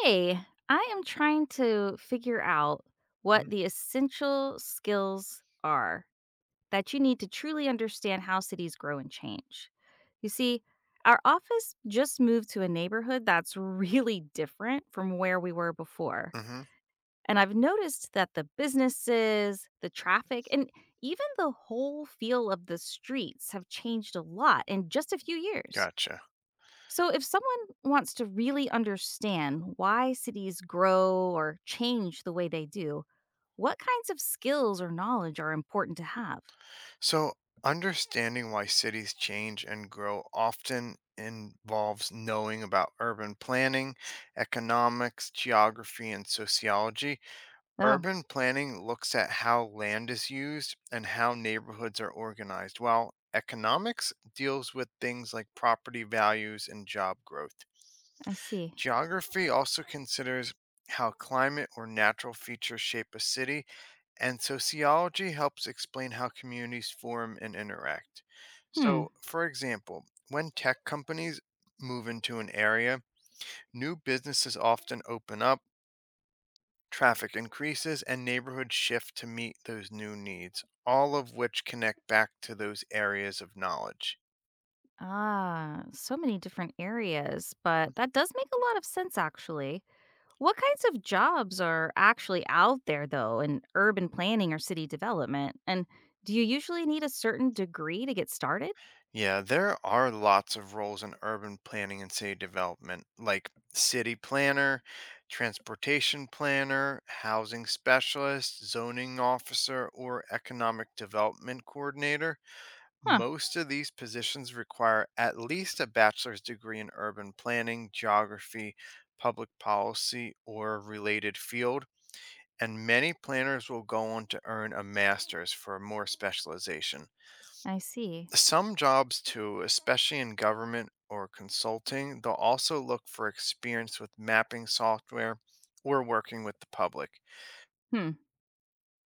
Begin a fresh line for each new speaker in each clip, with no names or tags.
Hey, I am trying to figure out what the essential skills are that you need to truly understand how cities grow and change. You see, our office just moved to a neighborhood that's really different from where we were before.
Mm-hmm.
And I've noticed that the businesses, the traffic, and even the whole feel of the streets have changed a lot in just a few years.
Gotcha.
So, if someone wants to really understand why cities grow or change the way they do, what kinds of skills or knowledge are important to have?
So, understanding why cities change and grow often involves knowing about urban planning, economics, geography, and sociology.
Oh,
Urban planning looks at how land is used and how neighborhoods are organized, while economics deals with things like property values and job growth.
I see.
Geography also considers how climate or natural features shape a city, and sociology helps explain how communities form and interact.
Hmm.
So, for example, when tech companies move into an area, new businesses often open up, traffic increases, and neighborhoods shift to meet those new needs, all of which connect back to those areas of knowledge.
Ah, so many different areas, but that does make a lot of sense actually. What kinds of jobs are actually out there, though, in urban planning or city development? And do you usually need a certain degree to get started?
Yeah, there are lots of roles in urban planning and city development, like city planner, transportation planner, housing specialist, zoning officer, or economic development coordinator.
Huh,
Most of these positions require at least a bachelor's degree in urban planning, geography, public policy, or related field, and many planners will go on to earn a master's for more specialization
I see.
some jobs too, especially in government or consulting, they'll also look for experience with mapping software or working with the public.
Hmm,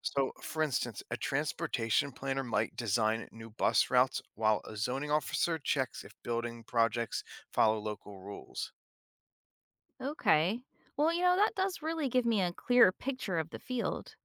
So, for instance, a transportation planner might design new bus routes while a zoning officer checks if building projects follow local rules.
okay. Well, that does really give me a clearer picture of the field.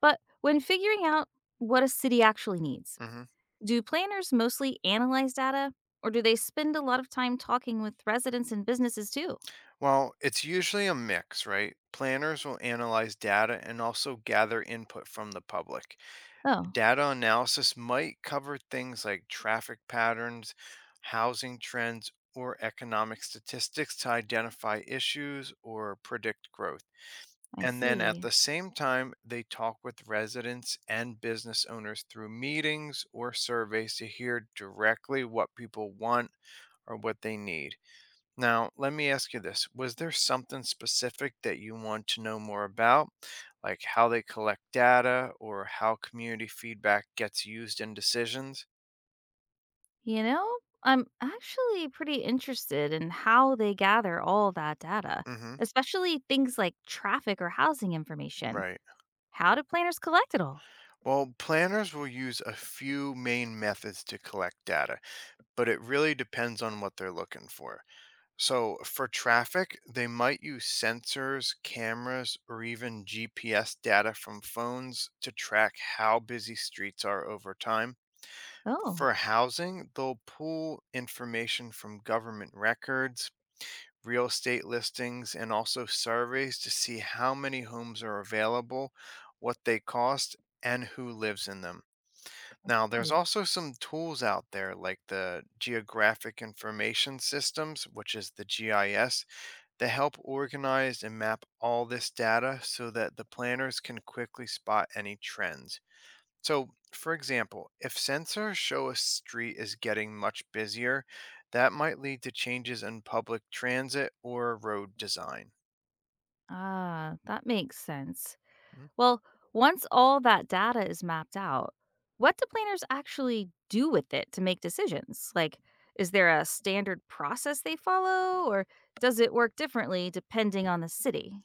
But when figuring out what a city actually needs,
Hmm.
do planners mostly analyze data, or do they spend a lot of time talking with residents and businesses too?
Well, it's usually a mix, right? Planners will analyze data and also gather input from the public.
Oh,
Data analysis might cover things like traffic patterns, housing trends, or economic statistics to identify issues or predict growth.
I
And then at
see.
the same time, they talk with residents and business owners through meetings or surveys to hear directly what people want or what they need. Now, let me ask you this. Was there something specific that you want to know more about, like how they collect data or how community feedback gets used in decisions?
You know, I'm actually pretty interested in how they gather all that data,
Mm-hmm.
especially things like traffic or housing information.
Right.
How do planners collect it all?
Well, planners will use a few main methods to collect data, but it really depends on what they're looking for. So, for traffic, they might use sensors, cameras, or even GPS data from phones to track how busy streets are over time.
Oh,
For housing, they'll pull information from government records, real estate listings, and also surveys to see how many homes are available, what they cost, and who lives in them. Now, there's
mm.
also some tools out there like the Geographic Information Systems, which is the GIS, that help organize and map all this data so that the planners can quickly spot any trends. So, for example, if sensors show a street is getting much busier, that might lead to changes in public transit or road design.
Ah, that makes sense.
Mhm.
Well, once all that data is mapped out, what do planners actually do with it to make decisions? Like, is there a standard process they follow, or does it work differently depending on the city?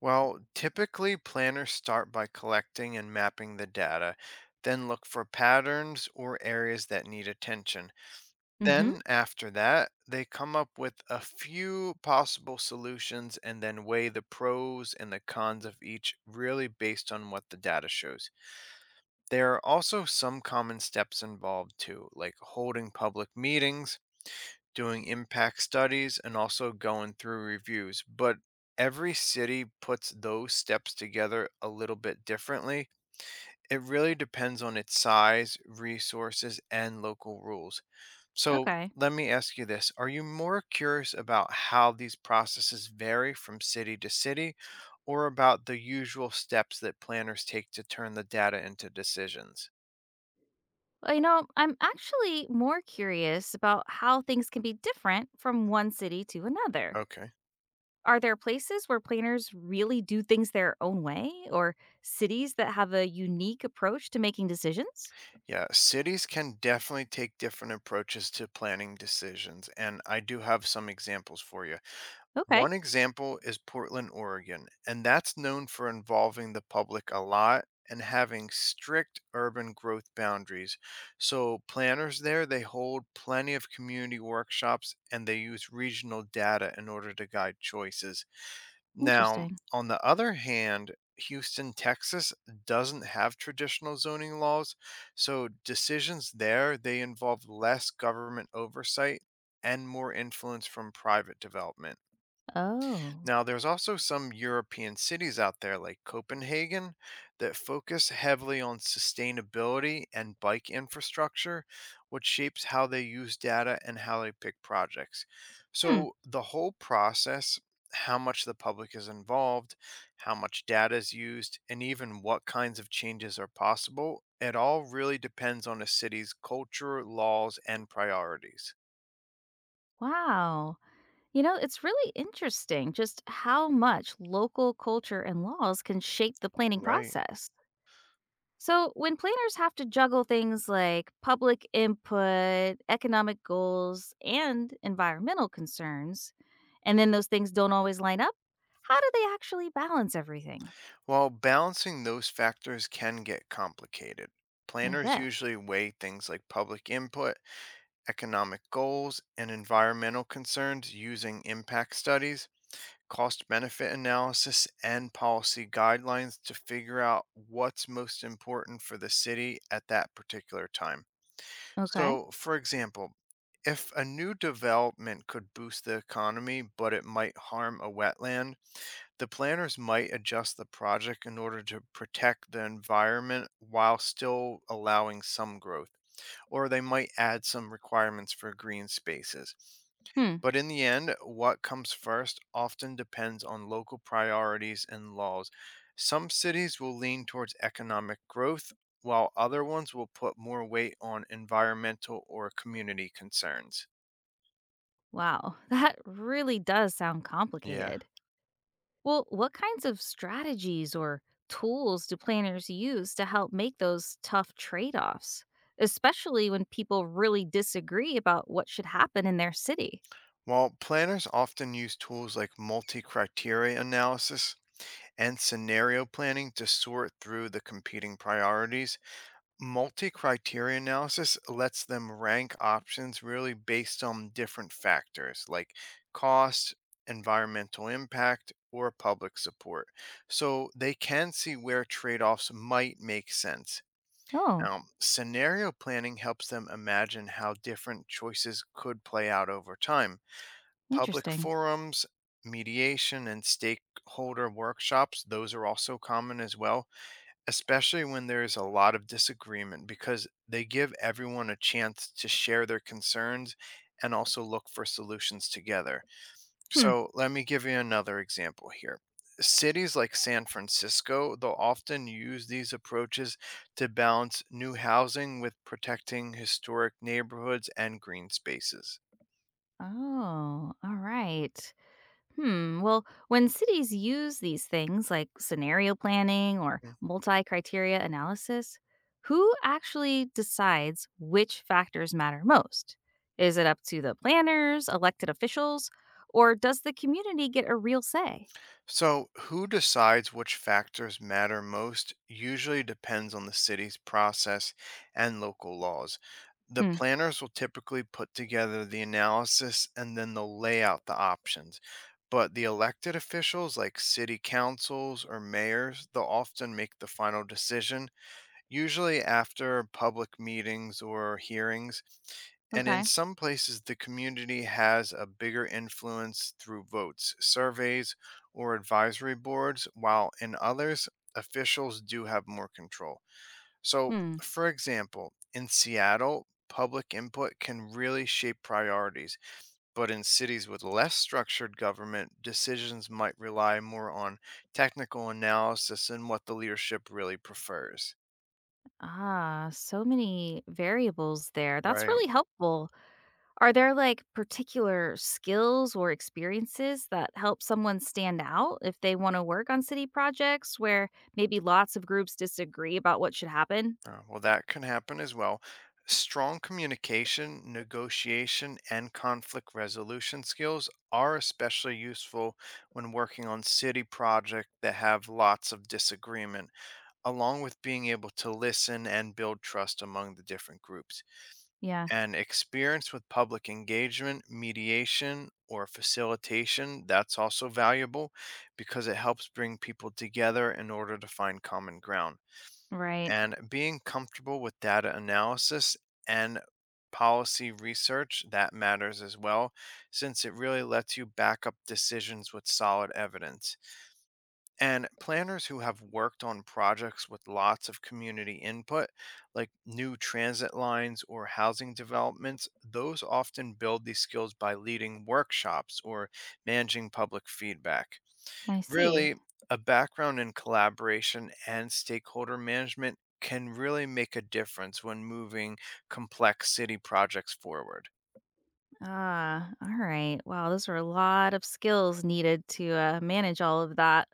Well, typically planners start by collecting and mapping the data, then look for patterns or areas that need attention.
Hmm.
Then, after that, they come up with a few possible solutions and then weigh the pros and the cons of each, really based on what the data shows. There are also some common steps involved, too, like holding public meetings, doing impact studies, and also going through reviews. But every city puts those steps together a little bit differently. It really depends on its size, resources, and local rules. So,
Okay.
let me ask you this. Are you more curious about how these processes vary from city to city or about the usual steps that planners take to turn the data into decisions?
Well, I'm actually more curious about how things can be different from one city to another.
Okay.
Are there places where planners really do things their own way, or cities that have a unique approach to making decisions?
Yeah, cities can definitely take different approaches to planning decisions, and I do have some examples for you.
Okay,
One example is Portland, Oregon, and that's known for involving the public a lot and having strict urban growth boundaries. So planners there, they hold plenty of community workshops and they use regional data in order to guide choices. Now,
interesting.
on the other hand, Houston, Texas doesn't have traditional zoning laws, so decisions there they involve less government oversight and more influence from private development.
Oh.
Now, there's also some European cities out there like Copenhagen that focus heavily on sustainability and bike infrastructure, which shapes how they use data and how they pick projects.
Hmm.
So, the whole process, how much the public is involved, how much data is used, and even what kinds of changes are possible, it all really depends on a city's culture, laws, and priorities.
Wow. You know, it's really interesting just how much local culture and laws can shape the planning
Right.
process. So, when planners have to juggle things like public input, economic goals, and environmental concerns, and then those things don't always line up, how do they actually balance everything?
While balancing those factors can get complicated,
I
planners
bet.
usually weigh things like public input, economic goals, and environmental concerns using impact studies, cost benefit analysis, and policy guidelines to figure out what's most important for the city at that particular time.
Okay.
So, for example, if a new development could boost the economy, but it might harm a wetland, the planners might adjust the project in order to protect the environment while still allowing some growth, or they might add some requirements for green spaces.
Hmm.
But in the end, what comes first often depends on local priorities and laws. Some cities will lean towards economic growth, while other ones will put more weight on environmental or community concerns.
Wow. That really does sound
Yeah.
complicated. Well, what kinds of strategies or tools do planners use to help make those tough trade offs, especially when people really disagree about what should happen in their city?
While planners often use tools like multi criteria analysis, and scenario planning to sort through the competing priorities. Multi criteria analysis lets them rank options really based on different factors like cost, environmental impact, or public support. So they can see where trade offs might make sense.
Oh,
Now, scenario planning helps them imagine how different choices could play out over time. Public
interesting.
forums, mediation, and stakeholder workshops, those are also common as well, especially when there is a lot of disagreement because they give everyone a chance to share their concerns and also look for solutions together.
Hmm.
So, let me give you another example here. Cities like San Francisco, they'll often use these approaches to balance new housing with protecting historic neighborhoods and green spaces.
Oh, all right. Hmm. Well, when cities use these things like scenario planning or
Mm.
multi criteria analysis, who actually decides which factors matter most? Is it up to the planners, elected officials, or does the community get a real say?
So, who decides which factors matter most usually depends on the city's process and local laws. The
Hmm.
planners will typically put together the analysis and then they'll lay out the options. But the elected officials, like city councils or mayors, they'll often make the final decision usually after public meetings or hearings. And in
Okay.
some places, the community has a bigger influence through votes, surveys, or advisory boards, while in others, officials do have more control. So,
Hmm.
for example, in Seattle, public input can really shape priorities. But in cities with less structured government, decisions might rely more on technical analysis and what the leadership really prefers.
Ah, so many variables there. That's
Right.
really helpful. Are there, like, particular skills or experiences that help someone stand out if they wanna work on city projects where maybe lots of groups disagree about what should happen?
Well, that can happen as well. Strong communication, negotiation, and conflict resolution skills are especially useful when working on city projects that have lots of disagreement, along with being able to listen and build trust among the different groups.
Yeah,
And experience with public engagement, mediation, or facilitation, that's also valuable because it helps bring people together in order to find common ground
right.
and being comfortable with data analysis and policy research that matters as well since it really lets you back up decisions with solid evidence and planners who have worked on projects with lots of community input like new transit lines or housing developments those often build these skills by leading workshops or managing public feedback.
I see.
Really, a background in collaboration and stakeholder management can really make a difference when moving complex city projects forward.
Ah, all right. Wow, those were a lot of skills needed to manage all of that.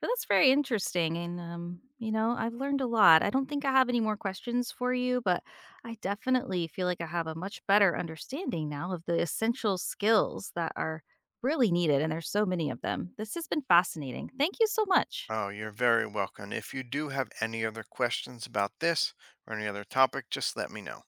But that's very interesting. And, you know, I've learned a lot. I don't think I have any more questions for you, but I definitely feel like I have a much better understanding now of the essential skills that are really needed. And there's so many of them. This has been fascinating. Thank you so much.
Oh, you're very welcome. If you do have any other questions about this or any other topic, just let me know.